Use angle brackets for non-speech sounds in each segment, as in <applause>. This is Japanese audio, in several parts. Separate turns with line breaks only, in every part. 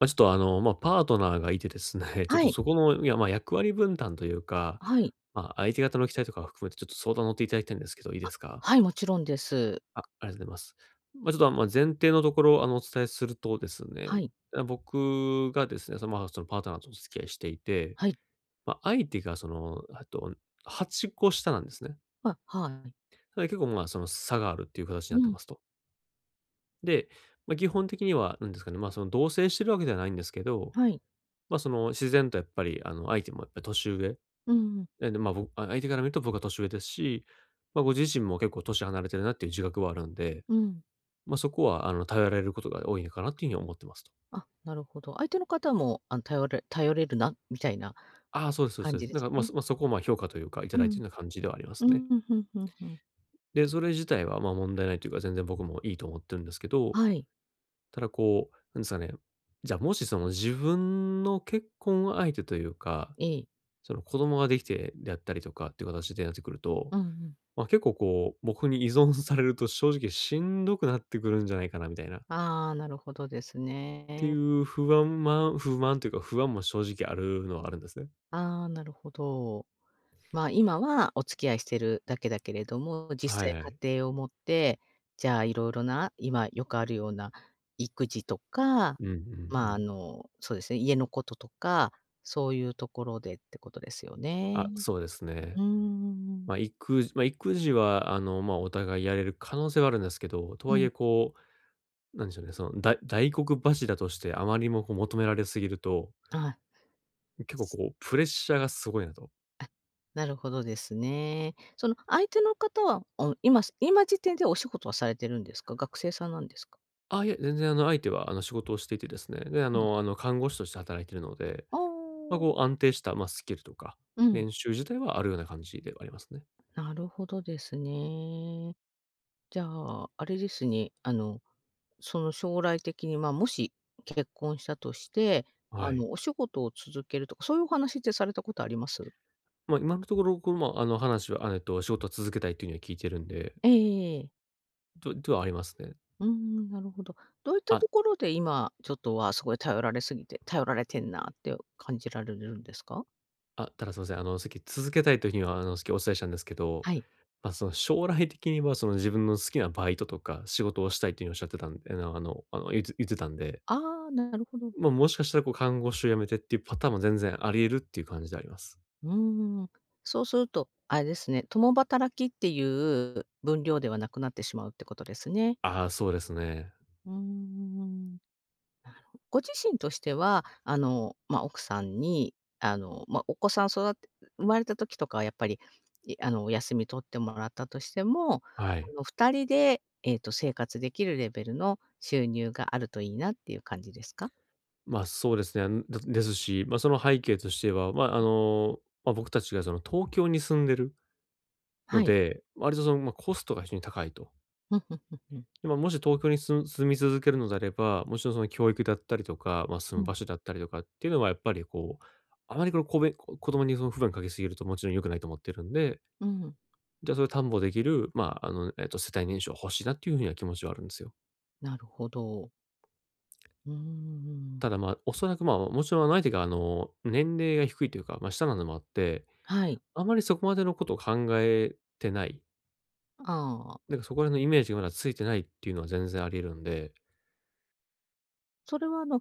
ま、ちょっとあの、ま、パートナーがいてですね、<laughs> ちょっ
は
と
い。
そこの、いや、ま、役割分担というか、
はい。
相手方の期待とかを含めてちょっと相談乗っていただきたいんですけど、いいですか？
はい、もちろんです。
あ、ありがとうございます。ま、ちょっと、あ、ま、前提のところ、お伝えするとです
は
ね、
い。
僕がですね、そのパートナーとお付き合いしていて、
はい。
相手がその、あと8個下なんですね。
はい。
なので結構、その差があるっていう形に
う
なって
ん。
ますと。で、基本的には、なんですかね、その同棲してるわけではないんですけど、
はい。
まあ、その、自然とやっぱり、相手もやっぱり年上、
うんうん。
まあ、相手から見ると僕は年上ですし、まあ、ご自身も結構年離れてるなっていう自覚はあるんで、
うん。
まあ、そこは、頼られることが多いのかなっていうふうに思ってますと。
あ、なるほど。相手の方も、頼れるなみたいな
ああ、そうです
感
そうで
じ
すそ
で
だ
す
から、
かね。
まあ、そこを、評価というか、い
う
ただいてい
ん。
るような感じではありま
う
すね。
ん、ふんふんふん。
で、それ自体は、問題ないというか、全然僕もいいと思ってるんですけど、
はい。
ただこう、なんですかね、じゃ、もしその自分の結婚相手というか、
ええ。
その、子供ができてであったりとかっていう形でなってくると、
うんうん。
まあ、結構こう、僕に依存されると正直しんどくなってくるんじゃないかなみたいな、っ
ああ、なるほどです
て
ね。
いう不安不満というか不安も正直あるのはあるんですね。
ああ、なるほど。まあ、今はお付き合いしてるだけだけれども、実
はい
際
はい。
家庭を持って、じゃあいろいろな、今よくあるような育児とか、
うんうんう
まあ、
ん。
そうですね、家のこととか、そういうところでってことですよね。
あ、そうです
う
ね。
ーん。
まあ、育児はまあ、お互いやれる可能性はあるんですけど、と
う
はい
ん。
えこう、なんでしょうね、その大黒柱としてあまりにもこう求められすぎると、
あ、
結構こうプレッシャーがすごいなと。
あ、なるほどですね。その相手の方は、今時点でお仕事はされてるんですか？学生さんなんですか？
あ、いや全然あの、相手は仕事をしていてですね、で、
はい。
看護師として働いているので、
ああ、
まあ、こう安定した、まあ、スキルとか、
うん、
練習自体はあるような感じではありますね。
なるほどですね。じゃあ、あれですね、その将来的に、まあ、もし結婚したとして、
はい。
お仕事を続けるとか、そういうお話ってされたことあります？
まあ、今のところ、この、まあ、あの、話は、仕事は続けたいというには聞いてるんで、
ええええ。
とではありますね。
うーん、なるほど。どういった
あ
ところで今、ちょっと、すごい頼られすぎて頼られてんなって感じられるんですか？
あ、ただすいません、さっき続けたいというふうには、さっきお伝えしたんですけど、
はい。
まあ、その将来的には、その自分の好きなバイトとか仕事をしたいというふうにおっしゃってたんで、言ってたんで、
ああ、なるほど。
まあ、もしかしたらこう看護師を辞めてっていうパターンも全然あり得るっていう感じであります。
うーん。そうすると、あれですね、共働きっていう分量ではなくなってしまうってことですね。
ああ、そうですね。
うーん。ご自身としては、まあ、奥さんに、まあ、お子さん育て生まれた時とかはやっぱり、いあの、お休み取ってもらったとしても、
はい。
2人で、生活できるレベルの収入があるといいなっていう感じですか？
ま、そうですね。だですし、その背景としては、まあ、僕たちがその東京に住んでる
は
の
い。
で、割とその、まあ、コストが非常に高いと。
うん、うんうんうん。
で、もし東京に住み続けるのであれば、もちろんその教育だったりとか、まあ、住む
う
場所だったりとかっていうのはやっぱりこう、あまりこの子供にその負担かけすぎるともちろん良くないと思ってるんで、
ん、うん。
じゃあそれを担保できる、世帯年収欲しいなっていうふうには気持ちはあるんですよ。
なるほど。うーん。
ただ、まあ、おそらく、まあ、もちろん相手が年齢が低いというか、まあ、下なのもあって、
はい。
あまりそこまでのことを考えてない。
ああ。
なんかそこら辺のイメージがまだついてないっていうのは全然あり得るんで。
それは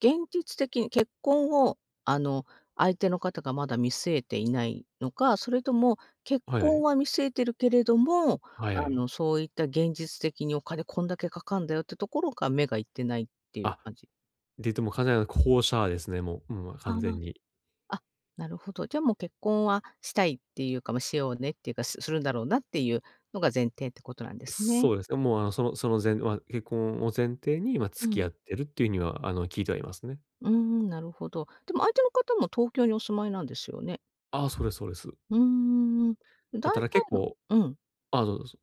現実的に結婚をあの、相手の方がまだ見据えていないのか、それとも結
はいは
婚
い。
は見据えてるけれども、
はいはい。
そういった現実的にお金こんだけかかんだよってところが目がいってないっていう
あ、
感じ。
で言うともう完全な後者ですね、もう。うん、
あ
完全に。
あ、あ、なるほど。じゃあもう結婚はしたいっていうか、まあ、しようねっていうか、するんだろうなっていうのが前提ってことなんですね。
そうですね。もうあの、そのその前まあ、結婚を前提に、今
う
付き合っ
ん。
てるっていうには、聞いてはいますね。
うーん、なるほど。でも相手の方も東京にお住まいなんですよね？
ああ、そうですそうです。
うーん、大
まあ、た
体
だ結
の
構
うん。
あ、どうぞ。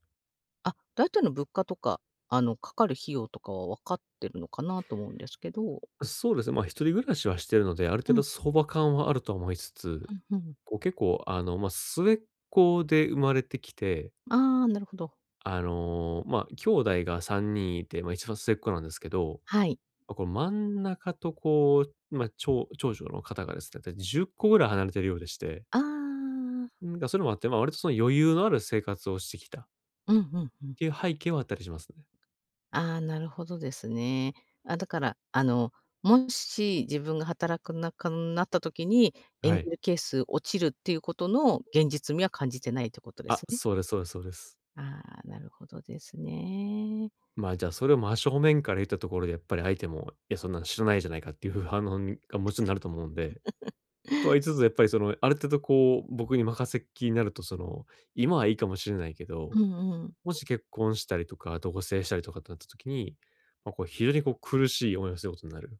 あ、大体の物価とか、かかる費用とかは分かってるのかなと思うんですけど。
そうですね、まあ、一人暮らしはしてるので、ある
う
程
ん、
度相場感はあるとは思いつつ、
うん、うん。
こう結構あの、まあ、末っ子で生まれてきて
ああ、なるほど。
あの、まあ、兄弟が3人いて、まあ、一番末っ子なんですけど、
はい。
この真ん中とこう、まあ、長女の方がですね、だ10個ぐらい離れてるようでして、
ああ。
なん、それもあって、まあ、割とその余裕のある生活をしてきたっ
うんうんうん。
ていう背景はあったりしますね。
ああ、なるほどですね。あ、だから、もし自分が働くなかなった時に、エン
は
ゲ
い。
ル係数落ちるっていうことの現実味は感じてないってことです
あ、
ね。
そうですそうですそうです。
ああ、なるほどですね。
まあ、じゃあ、それを真正面から言ったところでやっぱり相手も、いや、そんなの知らないじゃないかっていう反応にもちろんなると思うんで、とは言い
<laughs>
つつ、やっぱりその、ある程度こう、僕に任せっきりになると、その、今はいいかもしれないけ
う
ど
んうん。
もし結婚したりとか、同棲したりとかってなった時に、まあ、こう非常にこう苦しい思いをすることになる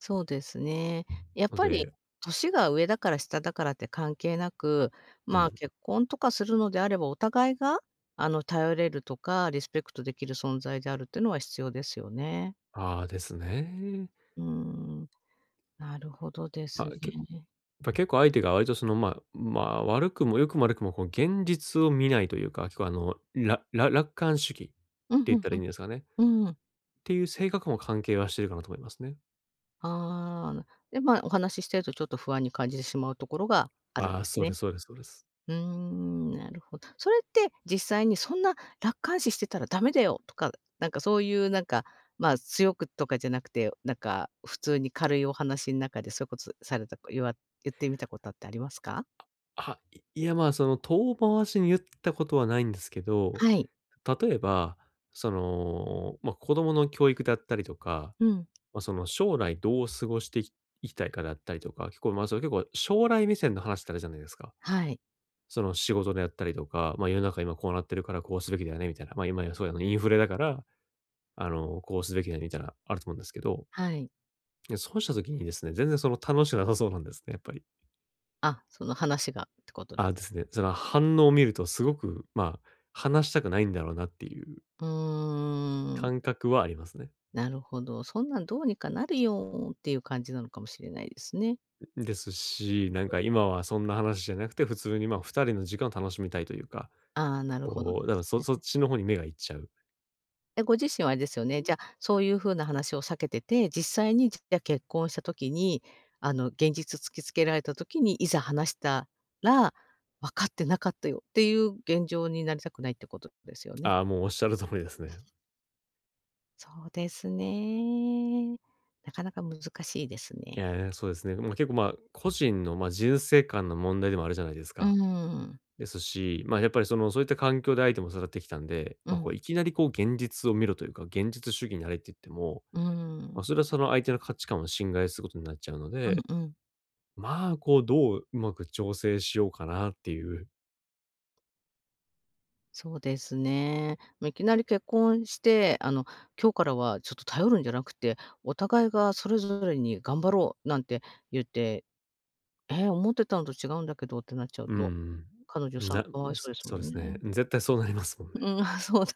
そうですね。やっ
の
ぱり
で、
年が上だから下だからって関係なく、
う
まあ、
ん。
結婚とかするのであれば、お互いが、頼れるとか、リスペクトできる存在であるっていうのは必要ですよね。
ああ、ですね。
うーん、なるほどで
ま
す
あ、や
ね。
っぱ結構相手が割とその、まあ、悪くも良くも悪くもこう現実を見ないというか、結構あの、楽観主義って
うん、
言
う
っ
ん
たらいいんですかね。っ
うん。うん。
ていう性格も関係はしてるかなと思いますね。
ああ、で、まあ、お話ししてるとちょっと不安に感じてしまうところがあるんで
ああ、
す
そうで
ね。
すそうですそうです。
うーん、なるほど。それって実際にそんな楽観視してたらダメだよとか、なんかそういうなんか、まあ、強くとかじゃなくて、なんか普通に軽いお話の中でそういうことされた言わ言ってみたことってありますか？
あ、いいや、まあ、その遠回しに言ったことはないんですけど、
はい。
例えば、その、まあ、子供の教育だったりとか、
うん。
まあ、その将来どう過ごしていきたいかだったりとか、結構、まあ、それ結構将来目線の話ってあるじゃないですか。
はい。
その仕事であったりとか、まあ、世の中今こうなってるからこうすべきだよねみたいな、まあ、今やそうやのインフレだから、こうすべきだよねみたいなあると思うんですけど、
はい。
いや、そうした時にですね、全然その楽しくなさそうなんですね、やっぱり。
あ、その話がってことで
ああ、
す。
ですね。その反応を見るとすごく、まあ、話したくないんだろうなっていう
うーん、
感覚はありますね。
なるほど。そんなんどうにかなるよっていう感じなのかもしれないですね。
ですし、なんか今はそんな話じゃなくて、普通にまあ2人の時間を楽しみたいというか、
ああ、なるほどで
こう、だから
す
そっ
ね。
ちの方に目がいっちゃう。
え、ご自身はあれですよね、じゃ、そういう風な話を避けてて、実際にじゃ、結婚した時に、現実突きつけられた時に、いざ話したら、「分かってなかったよ」っていう現状になりたくないってことですよね。
ああ、もうおっしゃる通りですね。
そうですね。なかなか難しいですね。
いや、そうですね。まあ、個人の人生観の問題でもあるじゃないです
う
か。
ん。
ですし、まあやっぱりその、そういった環境で相手も育ってきたんで、
う
まあ
ん、
こういきなりこう現実を見ろというか、現実主義になれって言っても、
う
まあ、
ん。
それはその相手の価値観を侵害することになっちゃうので、
うんうん。
まあ、こう、どううまく調整しようかなっていう。
そうですね。ま、いきなり結婚して、今日からはちょっと頼るんじゃなくて、お互いがそれぞれに頑張ろうなんて言って、え、思ってたのと違うんだけどってなっちゃう
う
と、
ん、
彼女さん
な
かわいそうです
そ
も
うで
ん
す
ね。
ね。絶対そうなりますもんね。
うん、<laughs> そうだ。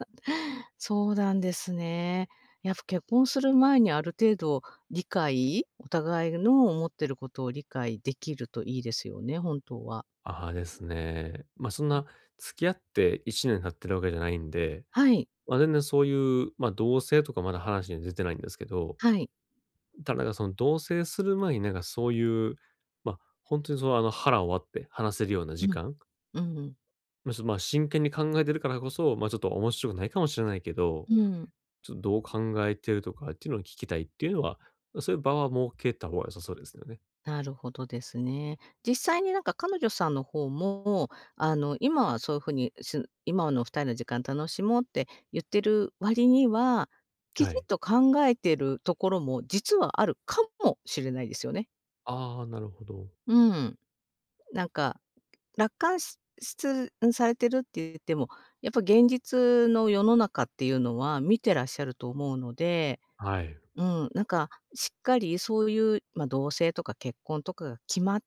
そうなんですね。やっぱ結婚する前にある程度お互いの思ってることを理解できるといいですよね、本当は。
ああ、ですね。まあ、そんな付き合って1年経ってるわけじゃないんで、
はい、
まあ、全然そういう、まあ、同棲とかまだ話に出てないんですけど、
はい。
ただなんかその同棲する前になんかそういう、本当にその、腹を割って話せるような
う
時
ん、
間、
うん。
まあ、ちょっと、ま、真剣に考えてるからこそ、まあ、ちょっと面白くないかもしれないけど
うん。
ちょっとどう考えてるとかっていうのを聞きたいっていうのは、そういう場は設けた方が良さそうですよね。
なるほどですね。実際になんか彼女さんの方も、今はそういう風に、今の2人の時間楽しもうって言ってる割には、き
は
ちん
い。
と考えてるところも実はあるかもしれないですよね。
ああ、なるほど。
うん。なんか、楽観しされてるって言っても、やっぱ現実の世の中っていうのは見てらっしゃると思うので、
はい。
うん、なんか、しっかりそういう、まあ、同棲とか結婚とかが決まっ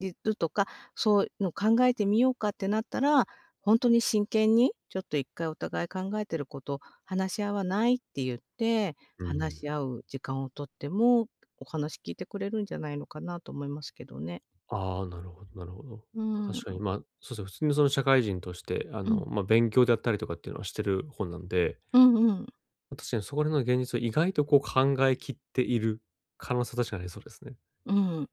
てるとか、そういうの考えてみようかってなったら、本当に真剣に、ちょっと一回お互い考えてること話し合わないって言って、
う
話
ん。
し合う時間をとっても、お話聞いてくれるんじゃないのかなと思いますけどね。
ああ、なるほどなるほど。
うん、
確かに、まあ、そうですね、普通にその社会人として、
うん、
まあ、勉強であったりとかっていうのはしてる方なんで、
うんうん、
確かにそこら辺の現実を意外とこう考えきっている可能性は確かにありそうですね。
うん。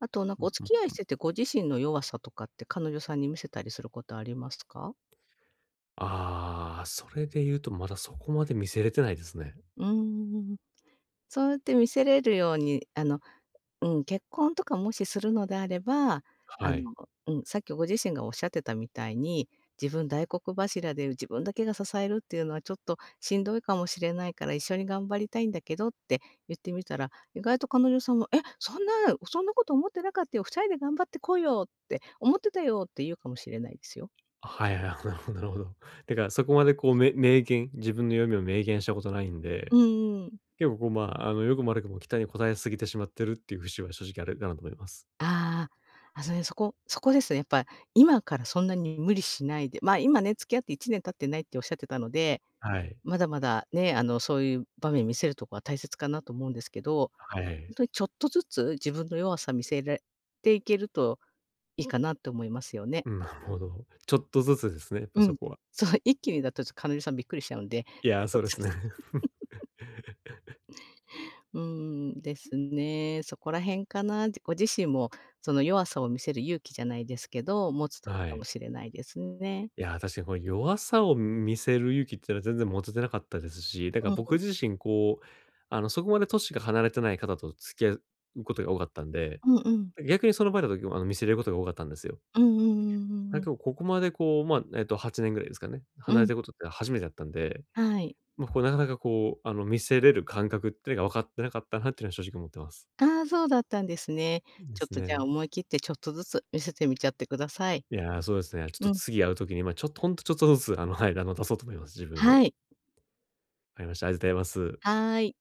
あとなん
う
か
ん
お
う
付き合い
ん。
しててご自身の弱さとかって彼女さんに見せたりすることありますか？
ああ、それで言うとまだそこまで見せれてないですね。
うんうんうん。そうやって見せれるように、うん、結婚とかもしするのであれば、あ
はい。
の、うん、さっきご自身がおっしゃってたみたいに、自分大黒柱で自分だけが支えるっていうのはちょっとしんどいかもしれないから一緒に頑張りたいんだけどって言ってみたら、意外と彼女さんも、え、そんなこと思ってなかったよ、2人で頑張ってこうよって、思ってたよって言うかもしれないですよ。
はいはい、なるほどなるほど。<laughs> てか、そこまでこう、明言自分の読みを明言したことないん
う
で、
ん。
結構こう、良くも悪くも期待に応えすぎてしまってるっていう節は正直あるかなと思います。
あああ、そこそこですね。やっぱ、今からそんなに無理しないで、まあ、今ね、付き合って1年経ってないっておっしゃってたので、
はい。
まだまだね、そういう場面見せるとこは大切かなと思うんですけど、
は
本
い。
当にちょっとずつ自分の弱さ見せられていけるといいかなって思いますよね。
うん、なるほど。ちょっとずつですね、やっぱ
う
そ
ん。
こは。
そう、一気にだと、ちょっと彼女さんびっくりしちゃうんで、<laughs> ち
いや、
ょ
そ
っと
うで
ず
すね。
つ。
<laughs>
うーん、ですね。そこら辺かな。ご自身もその弱さを見せる勇気じゃないですけど、持つといい
は
かも
い。
しれないですね。
いや、確かにこの弱さを見せる勇気っていうのは全然持ててなかったですし、だか
う
ら僕
ん。
自身こう、そこまで年が離れてない方と付き合うことが多かったんで、
うんうん。
逆にその場合だと、見せれることが多かったんですよ。
うんうんうんうん
だ
う
け
ん。
ど、ここまでこう、8年ぐらいですかね、
うんう
離
んう
れ
ん。
てることって初めてだったんで、
はい。
まあ、こうなかなかこう、見せれる感覚っていうのが分かってなかったなっていうのは正直思ってます。
ああ、そうだったんですね。
で
ちょっ
す
とじゃあ
ね。
思い切ってちょっとずつ見せてみちゃってください。
いやー、そうですね。ちょっと
うん。
次会う時に、まあ、ちょっとほんとちょっとずつ、<laughs> はい、出そうと思います、自分
は
を。
い。
わかりました。ありがとうございます。
はい。